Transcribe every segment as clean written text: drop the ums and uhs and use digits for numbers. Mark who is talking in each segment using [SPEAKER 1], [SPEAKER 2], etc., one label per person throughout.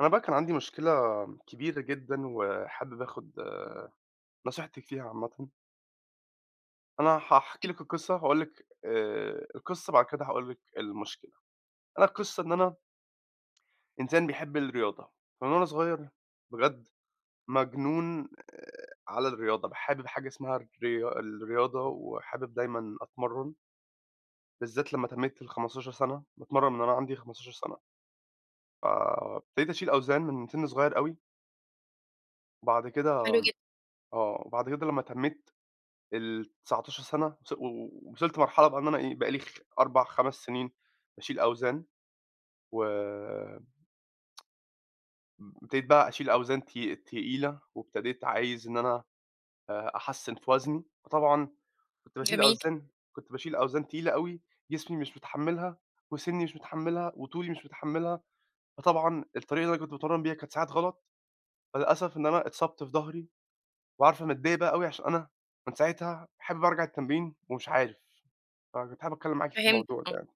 [SPEAKER 1] أنا بقى كان عندي مشكلة كبيرة جدًا، وحابب آخد نصيحتِك فيها عامةً. أنا هاحكي لِك القصة، هاقول لِك القصة بعد كده هاقول لِك المشكلة. أنا القصة إن أنا إنسان بيحب الرياضة، فمن وأنا صغير بجد مجنون على الرياضة، حابب حاجة اسمها الرياضة، وحابب دايمًا أتمرّن، بالذات لمّا تميت ال15 سَنة، باتمرّن من وأنا عندي 15 سَنة. فابتديت أشيل أوزان من سِن صغير أوي، وبعد
[SPEAKER 2] حلو
[SPEAKER 1] كده
[SPEAKER 2] جدًا،
[SPEAKER 1] وبعد كده لمّا تميت ال19 سنة وص و وصلت مرحلة بقى إن أنا إيه، بقى لي 4، 5 سنين باشيل أوزان، وابتديت بقى أشيل أوزان تقيلة، وابتديت عايز إن أنا أحسّن في وزني، فطبعًا كنت باشيل
[SPEAKER 2] جميل،
[SPEAKER 1] أوزان كنت باشيل أوزان تقيلة أوي، جسمي مش متحمّلها، وسِنّي مش متحمّلها، وطولي مش متحمّلها، فطبعًا الطريقة اللي أنا كنت باتمرّن بيها كانت ساعات غلط، فللأسف إن أنا اتصبت في ضهري، وعارفة متضايق بقى أوي عشان أنا من ساعتها حابب أرجع التمرين ومش عارف. كنت حابب أتكلّم معاكِ في
[SPEAKER 2] فهمتك،
[SPEAKER 1] الموضوع
[SPEAKER 2] آه.
[SPEAKER 1] ده يعني.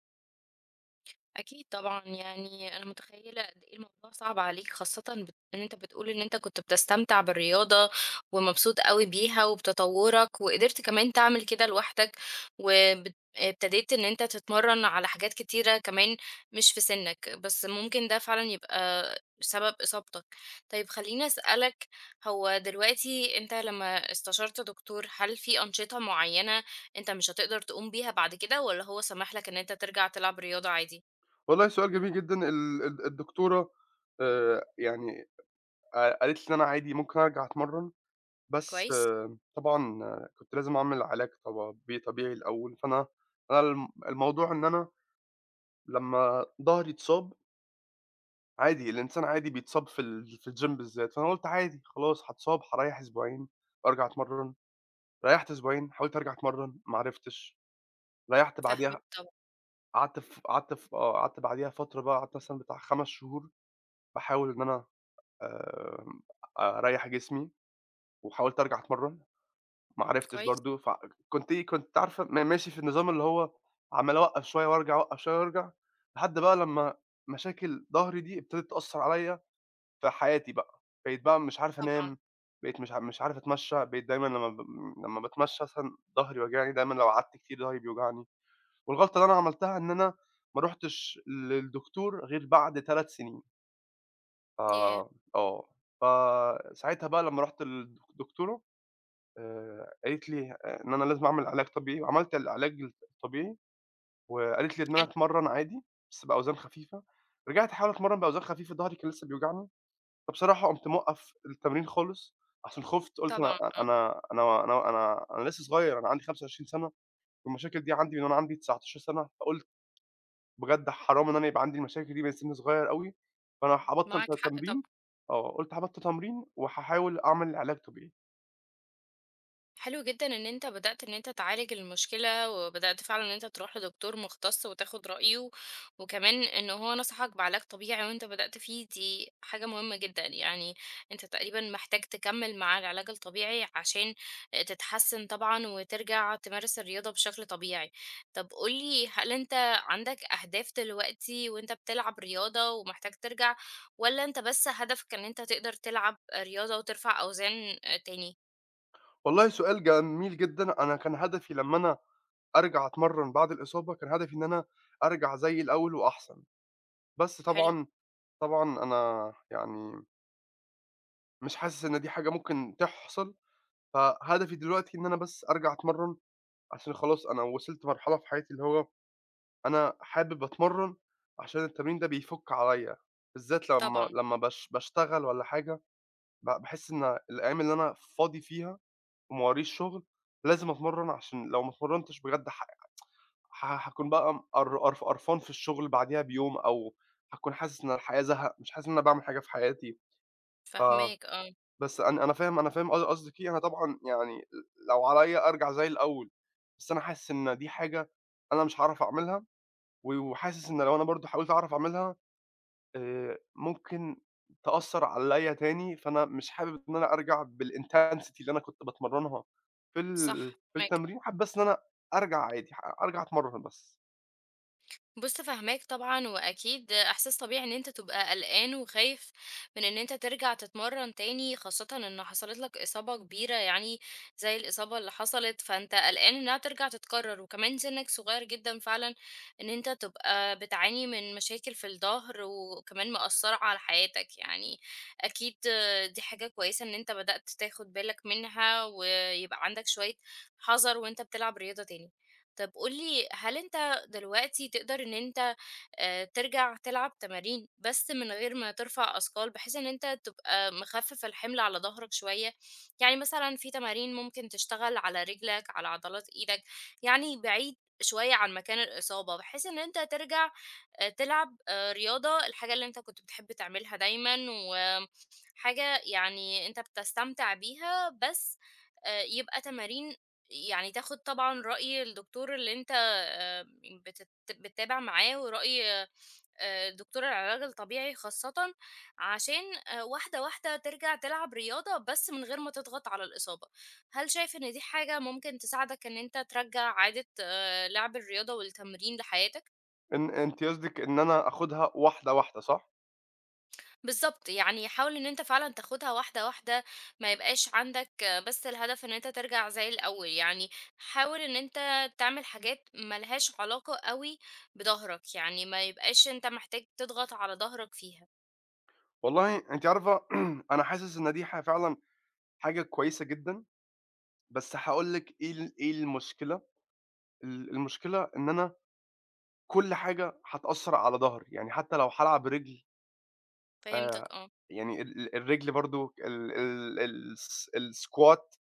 [SPEAKER 2] أكيد طبعًا، يعني أنا متخيّلة قد إيه الموضوع صعب عليك، خاصةً إن أنت بتقول إن أنت كنت بتستمتع بالرياضة ومبسوط أوي بيها وبتطوّرك، وقدرت كمان تعمل كده لوحدك، وبت ابتديت إن أنت تتمرّن على حاجات كتيرة كمان مش في سِنّك، بس ممكن ده فعلًا يبقى سبب إصابتك. طيب خلّيني أسألك، هو دلوقتي أنت لمّا استشرت دكتور، هل في أنشطة معيّنة أنت مش هتقدر تقوم بيها بعد كده والّا هو سَمح لك إن أنت ترجع تلعب رياضة عادي؟
[SPEAKER 1] والله سؤال جميل جدًا ال الد الدكتورة يعني ق قالت لي إن أنا عادي ممكن أرجع أتمرّن، بس
[SPEAKER 2] كويس،
[SPEAKER 1] طبعًا كنت لازم أعمل علاج طبيعي الأول، فأنا الموضوع إن أنا لمّا ضهري اتصاب عادي، الإنسان عادي بيتصاب في الgym بالذات، فأنا قُلت عادي خلاص هاتصاب، هاريّح أسبوعين وأرجع أتمرّن، ريّحت أسبوعين، حاولت أرجع أتمرّن ما عرفتش، ريّحت بعديها
[SPEAKER 2] فاهماك طبعًا،
[SPEAKER 1] قعدت ف قعدت ف آه، قعدت بعديها فترة بقى قعدت مثلًا بتاع 5 شهور باحاول إن أنا آمم، أريّح جسمي، وحاولت أرجع أتمرّن، ما عرفتش
[SPEAKER 2] كويس،
[SPEAKER 1] برضه، فكنت إيه، كنت عارفة ماشي في النظام اللي هو عمّال أوقّف شوية وأرجع، أوقّف شوية وأرجع، لحد بقى لمّا مشاكل ضهري دي ابتدت تأثّر عليّا في حياتي بقى، بقيت بقى مش عارف
[SPEAKER 2] طبعًا،
[SPEAKER 1] أنام، بقيت مش عارف أتمشّى، بقيت دايمًا لمّا باتمشّى مثلًا ضهري واجعني، دايمًا لو قعدت كتير ضهري بيوجعني، والغلطة اللي أنا عملتها إن أنا ما رُحتش للدكتور غير بعد 3 سنين.
[SPEAKER 2] ياه!
[SPEAKER 1] آه، آه. فساعتها بقى لمّا رُحت للدكتورة قالت لي إن أنا لازم أعمل علاج طبيعي، وعملت العلاج الطبيعي، وقالت لي إن أنا
[SPEAKER 2] حلو،
[SPEAKER 1] أتمرّن عادي بس بأوزان خفيفة. رجعت أحاول أتمرّن بأوزان خفيفة، ضهري كان لسه بيوجعني، فبصراحة قُمت موقّف التمرين خالص عشان خُفت، قُلت
[SPEAKER 2] طبعًا، آه،
[SPEAKER 1] أنا لسه صغير، أنا عندي 25 سَنة والمشاكل دي عندي من وأنا عندي 19 سَنة، فقُلت بجد حرام إن أنا يبقى عندي المشاكل دي من سِن صغير أوي، فأنا هابطّل
[SPEAKER 2] معاك حق طبعًا.
[SPEAKER 1] تمرين قُلت هابطّل تمرين وهاحاول أعمل علاج طبيعي.
[SPEAKER 2] حلو جدًا إن أنت بدأت إن أنت تعالج المشكلة، وبدأت فعلًا إن أنت تروح لدكتور مختص وتاخد رأيه، وكمان إن هو نصحك بعلاج طبيعي وأنت بدأت فيه، دي حاجة مهمة جدًا، يعني أنت تقريبًا محتاج تكمّل مع العلاج الطبيعي عشان تتحسّن طبعًا وترجع تمارس الرياضة بشكل طبيعي. طب قُل لي هل أنت عندك أهداف دلوقتي وأنت بتلعب رياضة ومحتاج ترجع، والّا أنت بس هدفك إن أنت تقدر تلعب رياضة وترفع أوزان تاني؟
[SPEAKER 1] والله سؤال جميل جدًا، أنا كان هدفي لمّا أنا أرجع أتمرّن بعد الإصابة، كان هدفي إن أنا أرجع زي الأول وأحسن، بس
[SPEAKER 2] حلو،
[SPEAKER 1] طبعًا، طبعًا أنا يعني مش حاسس إن دي حاجة ممكن تحصل، فهدفي دلوقتي إن أنا بس أرجع أتمرّن عشان خلاص أنا وصلت مرحلة في حياتي اللي هو أنا حابب أتمرّن عشان التمرين ده بيفُك عليّا، بالذات لمّا
[SPEAKER 2] طبعًا.
[SPEAKER 1] لمّا باشتغل والّا حاجة، باحس إن الأيام اللي أنا فاضي فيها وما وراييش شُغل، لازم أتمرّن عشان لو ما اتمرّنتش بجد ح ح هاكون بقى م قر قرف قرفان في الشُغل بعديها بيوم أو هاكون حاسس إن الحياة زهق، مش حاسس إن أنا باعمل حاجة في حياتي. ف
[SPEAKER 2] فاهماك آه،
[SPEAKER 1] بس أنا فاهم أنا فاهم قصدِك إيه، أنا طبعًا يعني لو عليّا أرجع زي الأول، بس أنا حاسس إن دي حاجة أنا مش هاعرف أعملها وحاسس إن لو أنا برضه حاولت أعرف أعملها ممكن تأثّر عليّا تاني، فأنا مش حابب إن أنا أرجع بالintensity اللي أنا كنت باتمرّنها
[SPEAKER 2] صح،
[SPEAKER 1] في
[SPEAKER 2] فاهماك.
[SPEAKER 1] التمرين، حابب بس إن أنا أرجع عادي، أرجع أتمرّن بس.
[SPEAKER 2] بُص فاهماك طبعًا، وأكيد إحساس طبيعي إن أنت تبقى قلقان وخايف من إن أنت ترجع تتمرّن تاني، خاصةً إن حصلت لك إصابة كبيرة يعني زي الإصابة اللي حصلت، فأنت قلقان إنها ترجع تتكرر، وكمان سنك صغير جدًا فعلًا إن أنت تبقى بتعاني من مشاكل في الضهر، وكمان مأثّرة على حياتك يعني. أكيد دي حاجة كويسة إن أنت بدأت تاخد بالك منها، ويبقى عندك شوية حذر وأنت بتلعب رياضة تاني. طب قُل لي هل أنت دلوقتي تقدر إن أنت ترجع تلعب تمارين، بس من غير ما ترفع أثقال، بحيث إن أنت تبقى مخفِّف الحِمل على ضهرك شوية. يعني مثلًا في تمارين ممكن تشتغل على رجلك، على عضلات إيدك، يعني بعيد شوية عن مكان الإصابة، بحيث إن أنت ترجع تلعب رياضة، الحاجة اللي أنت كنت بتحب تعملها دايمًا، وحاجة يعني أنت بتستمتع بيها، بس يبقى تمارين يعني تاخد طبعًا رأي الدكتور اللي أنت بتتابع معاه، ورأي دكتور العلاج الطبيعي خاصة عشان واحدة واحدة ترجع تلعب رياضة بس من غير ما تضغط على الإصابة. هل شايف إن دي حاجة ممكن تساعدك إن أنت ترجع عادة لعب الرياضة والتمرين لحياتك؟
[SPEAKER 1] إن أنتِ قصدِك إن أنا آخُدها واحدة، واحدة صح؟
[SPEAKER 2] بالظبط يعني حاول إن أنت فعلا تاخدها واحدة واحدة، ما يبقاش عندك بس الهدف إن أنت ترجع زي الأول، يعني حاول إن أنت تعمل حاجات ملهاش علاقة قوي بظهرك، يعني ما يبقاش أنت محتاج تضغط على ظهرك فيها.
[SPEAKER 1] والله أنتِ عارفة أنا حاسس إن دي فعلًا حاجة كويسة جدًا، بس هاقول لِك إيه المشكلة، المشكلة إن أنا كل حاجة هتأثّر على ضهري، يعني حتى لو هالعب رِجل آآ
[SPEAKER 2] فهمتك اه،
[SPEAKER 1] يعني ال ال الرِجل برضه ال ال ال- الس الsquat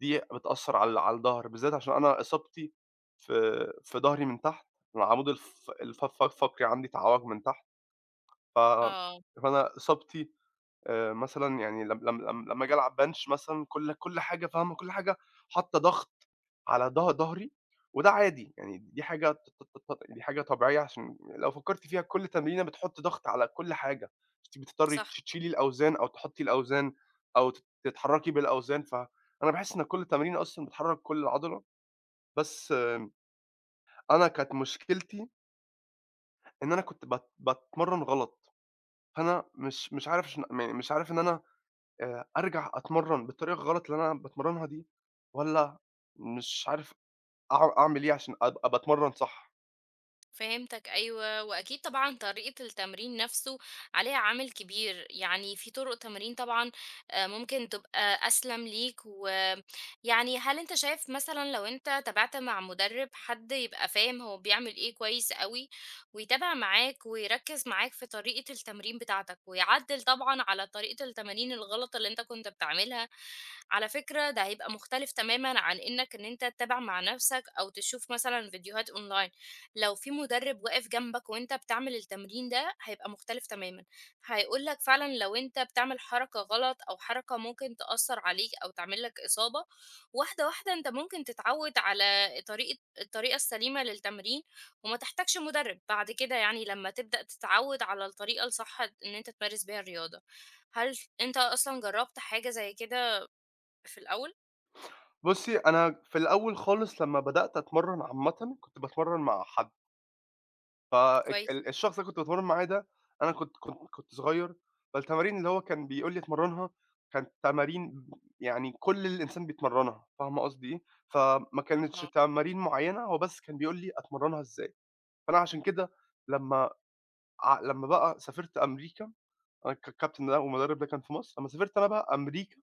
[SPEAKER 1] دي بتأثّر على الضهر، بالذات عشان أنا إصابتي في في ضهري من تحت، العمود الفقري عندي اتعوج من تحت، ف
[SPEAKER 2] اه،
[SPEAKER 1] فأنا إصابتي مثلًا يعني لم لم لم لمّا آجي ألعب bench مثلًا كل حاجة فاهمة، كل حاجة حاطّة ضغط على ضهري، وده عادي، يعني دي حاجة ت ت ت دي حاجة طبيعية عشان لو فكّرتِ فيها كُلّ تمرينة بتحُطّ ضغط على كُلّ حاجة، أنتِ بتضطرّي
[SPEAKER 2] صح،
[SPEAKER 1] تشيلي الأوزان أو تحُطّي الأوزان أو تتحرّكي بالأوزان، فأنا باحس إن كُلّ تمرينة أصلًا بتحرّك كُلّ عضلة، بس أنا كانت مشكلتي إن أنا كنت باتمرّن غلط، فأنا مش مش عارف اشن م مش عارف إن أنا أرجع أتمرّن بالطريقة الغلط اللي أنا باتمرّنها دي والّا مش عارف أعمل إيه عشان أبقى باتمرّن صح.
[SPEAKER 2] فهمتك أيوه، وأكيد طبعًا طريقة التمرين نفسه عليها عامل كبير، يعني في طرق تمرين طبعًا ممكن تبقى أسلم ليك، ويعني هل أنت شايف مثلًا لو أنت تابعت مع مدرب حد يبقى فاهم هو بيعمل إيه كويس أوي، ويتابع معاك ويركز معاك في طريقة التمرين بتاعتك، ويعدل طبعًا على طريقة التمارين الغلط اللي أنت كنت بتعملها، على فكرة ده هيبقى مختلف تمامًا عن إنك إن أنت تتابع مع نفسك أو تشوف مثلًا فيديوهات online. لو في مدرب واقف جنبك وأنت بتعمل التمرين ده، هيبقى مختلف تمامًا، هيقول لك فعلًا لو أنت بتعمل حركة غلط أو حركة ممكن تأثّر عليك أو تعمل لك إصابة، واحدة، واحدة أنت ممكن تتعوّد على الطريقة السليمة للتمرين، وما تحتاجش مدرب، بعد كده يعني لمّا تبدأ تتعوّد على الطريقة الصح إن أنت تمارس بيها الرياضة. هل أنت أصلًا جرّبت حاجة زي كده في الأول؟
[SPEAKER 1] بُصّي، أنا في الأول خالص لمّا بدأت أتمرّن عامةً، كنت باتمرّن مع حد، فالك
[SPEAKER 2] كويس،
[SPEAKER 1] ال الشخص اللي كنت باتمرّن معاه ده أنا كنت صغير، فالتمارين اللي هو كان بيقول لي اتمرّنها كانت تمارين يعني كل الإنسان بيتمرّنها، فاهمة قصدي إيه؟ فما كانتش
[SPEAKER 2] آه،
[SPEAKER 1] تمارين معيّنة، هو بس كان بيقول لي أتمرّنها إزاي، فأنا عشان كده لمّا لمّا بقى سافرت أمريكا، أنا الكابتن ده والمدرب ده كان في مصر، لمّا سافرت أنا بقى أمريكا،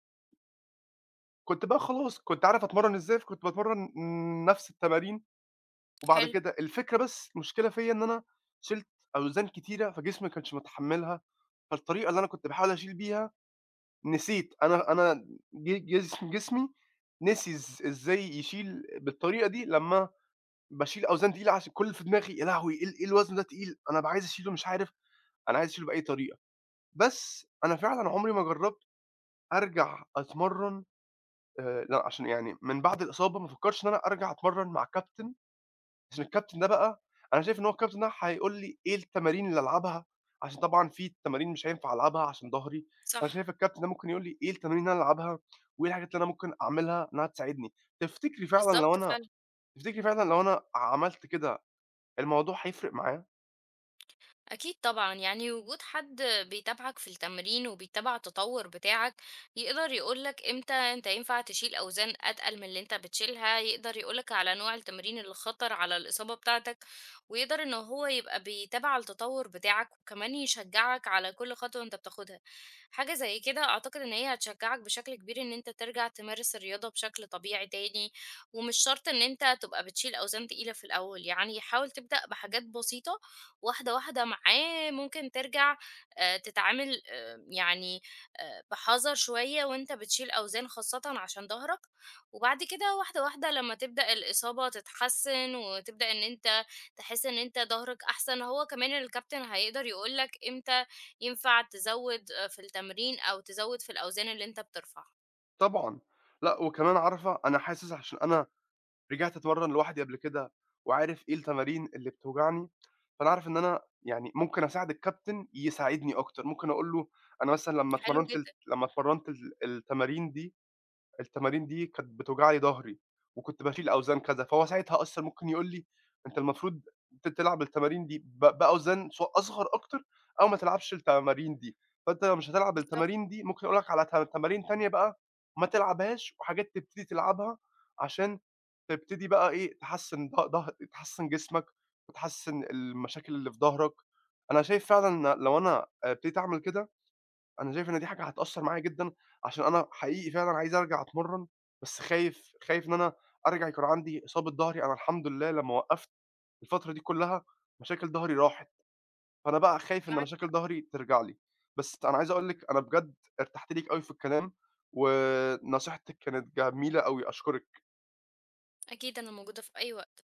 [SPEAKER 1] كنت بقى خلاص كنت عارف أتمرّن إزاي، فكنت باتمرّن نفس التمارين وبعد
[SPEAKER 2] حلو،
[SPEAKER 1] كده الفكرة بس المشكلة فيّا إن أنا شِلت أوزان كتيرة، فجسمي ما كانش متحمّلها، فالطريقة اللي أنا كنت باحاول أشيل بيها نسيت، أنا ج جسم جسمي نسي إزاي يشيل بالطريقة دي لمّا باشيل أوزان تقيلة عشان كل اللي في دماغي يا لهوي! إيه الوزن ده تقيل، أنا بقى عايز أشيله مش عارف، أنا عايز أشيله بأي طريقة. بس أنا فعلًا عمري ما جرّبت أرجع أتمرّن لأ، عشان يعني من بعد الإصابة ما فكّرتش إن أنا أرجع أتمرّن مع كابتن عشان الكابتن ده بقى أنا شايف إن هو الكابتن ده هيقول لي إيه التمارين اللي ألعبها، عشان طبعًا في تمارين مش هينفع ألعبها عشان ضهري، فأنا
[SPEAKER 2] صح،
[SPEAKER 1] شايف الكابتن ده ممكن يقول لي إيه التمارين اللي أنا ألعبها، وإيه الحاجات اللي أنا ممكن أعملها إنها تساعدني. تفتكري فعلًا لو
[SPEAKER 2] بالضبط
[SPEAKER 1] أنا
[SPEAKER 2] فعلًا.
[SPEAKER 1] تفتكري فعلًا لو أنا عملت كده الموضوع هيفرق معايا؟
[SPEAKER 2] أكيد طبعًا، يعني وجود حد بيتابعك في التمرين وبيتابع التطور بتاعك، يقدر يقول لك إمتى أنت ينفع تشيل أوزان أتقل من اللي أنت بتشيلها، يقدر يقول لك على نوع التمرين اللي خطر على الإصابة بتاعتك، ويقدر إن هو يبقى بيتابع التطور بتاعك، وكمان يشجعك على كل خطوة أنت بتاخدها. حاجة زي كده أعتقد إن هي هتشجعك بشكل كبير إن أنت ترجع تمارس الرياضة بشكل طبيعي تاني، ومش شرط إن أنت تبقى بتشيل أوزان تقيلة في الأول، يعني حاول تبدأ بحاجات بسيطة واحدة واحدة معاه ممكن ترجع تتعامل يعني بحذر شوية وانت بتشيل أوزان خاصة عشان ظهرك، وبعد كده واحدة واحدة لما تبدأ الإصابة تتحسن وتبدأ ان انت تحس ان انت ظهرك أحسن، هو كمان الكابتن هيقدر يقولك امتى ينفع تزود في التمرين أو تزود في الأوزان اللي انت بترفعها.
[SPEAKER 1] طبعًا، لأ وكمان عارفة أنا حاسس عشان أنا رجعت أتمرّن لوحدي قبل كده وعارف إيه التمارين اللي بتوجعني، فأنا عارف إن أنا يعني ممكن أساعد الكابتن يساعدني أكتر، ممكن أقول له أنا مثلًا لمّا
[SPEAKER 2] حلو
[SPEAKER 1] اتمرّنت
[SPEAKER 2] جدا،
[SPEAKER 1] لمّا اتمرّنت التمارين دي، التمارين دي كانت بتوجع لي ضهري وكنت باشيل أوزان كذا، فهو ساعتها أصلًا ممكن يقول لي أنت المفروض تلعب التمارين دي بأوزان أصغر أكتر أو ما تلعبش التمارين دي، فأنت لو مش هتلعب
[SPEAKER 2] بالظبط،
[SPEAKER 1] التمارين دي ممكن أقول لك على تمارين تانية بقى ما تلعبهاش وحاجات تبتدي تلعبها عشان تبتدي بقى إيه، تحسّن ض ضه تحسّن جسمك وتحسّن المشاكل اللي في ضهرك. أنا شايف فعلًا إن لو أنا ابتديت أعمل كده، أنا شايف إن دي حاجة هتأثّر معايا جدًا، عشان أنا حقيقي فعلًا عايز أرجع أتمرّن، بس خايف، خايف إن أنا أرجع يكون عندي إصابة ضهري. أنا الحمد لله لمّا وقّفت الفترة دي كُلّها مشاكل ضهري راحت، فأنا بقى خايف إن
[SPEAKER 2] معاك
[SPEAKER 1] مشاكل
[SPEAKER 2] حق.
[SPEAKER 1] ضهري ترجع لي. بس أنا عايز أقول لِك أنا بجد ارتحت ليكِ أوي في الكلام، ونصيحتِك كانت جميلة أوي، أشكرِك.
[SPEAKER 2] أكيد أنا موجودة في أي وقت.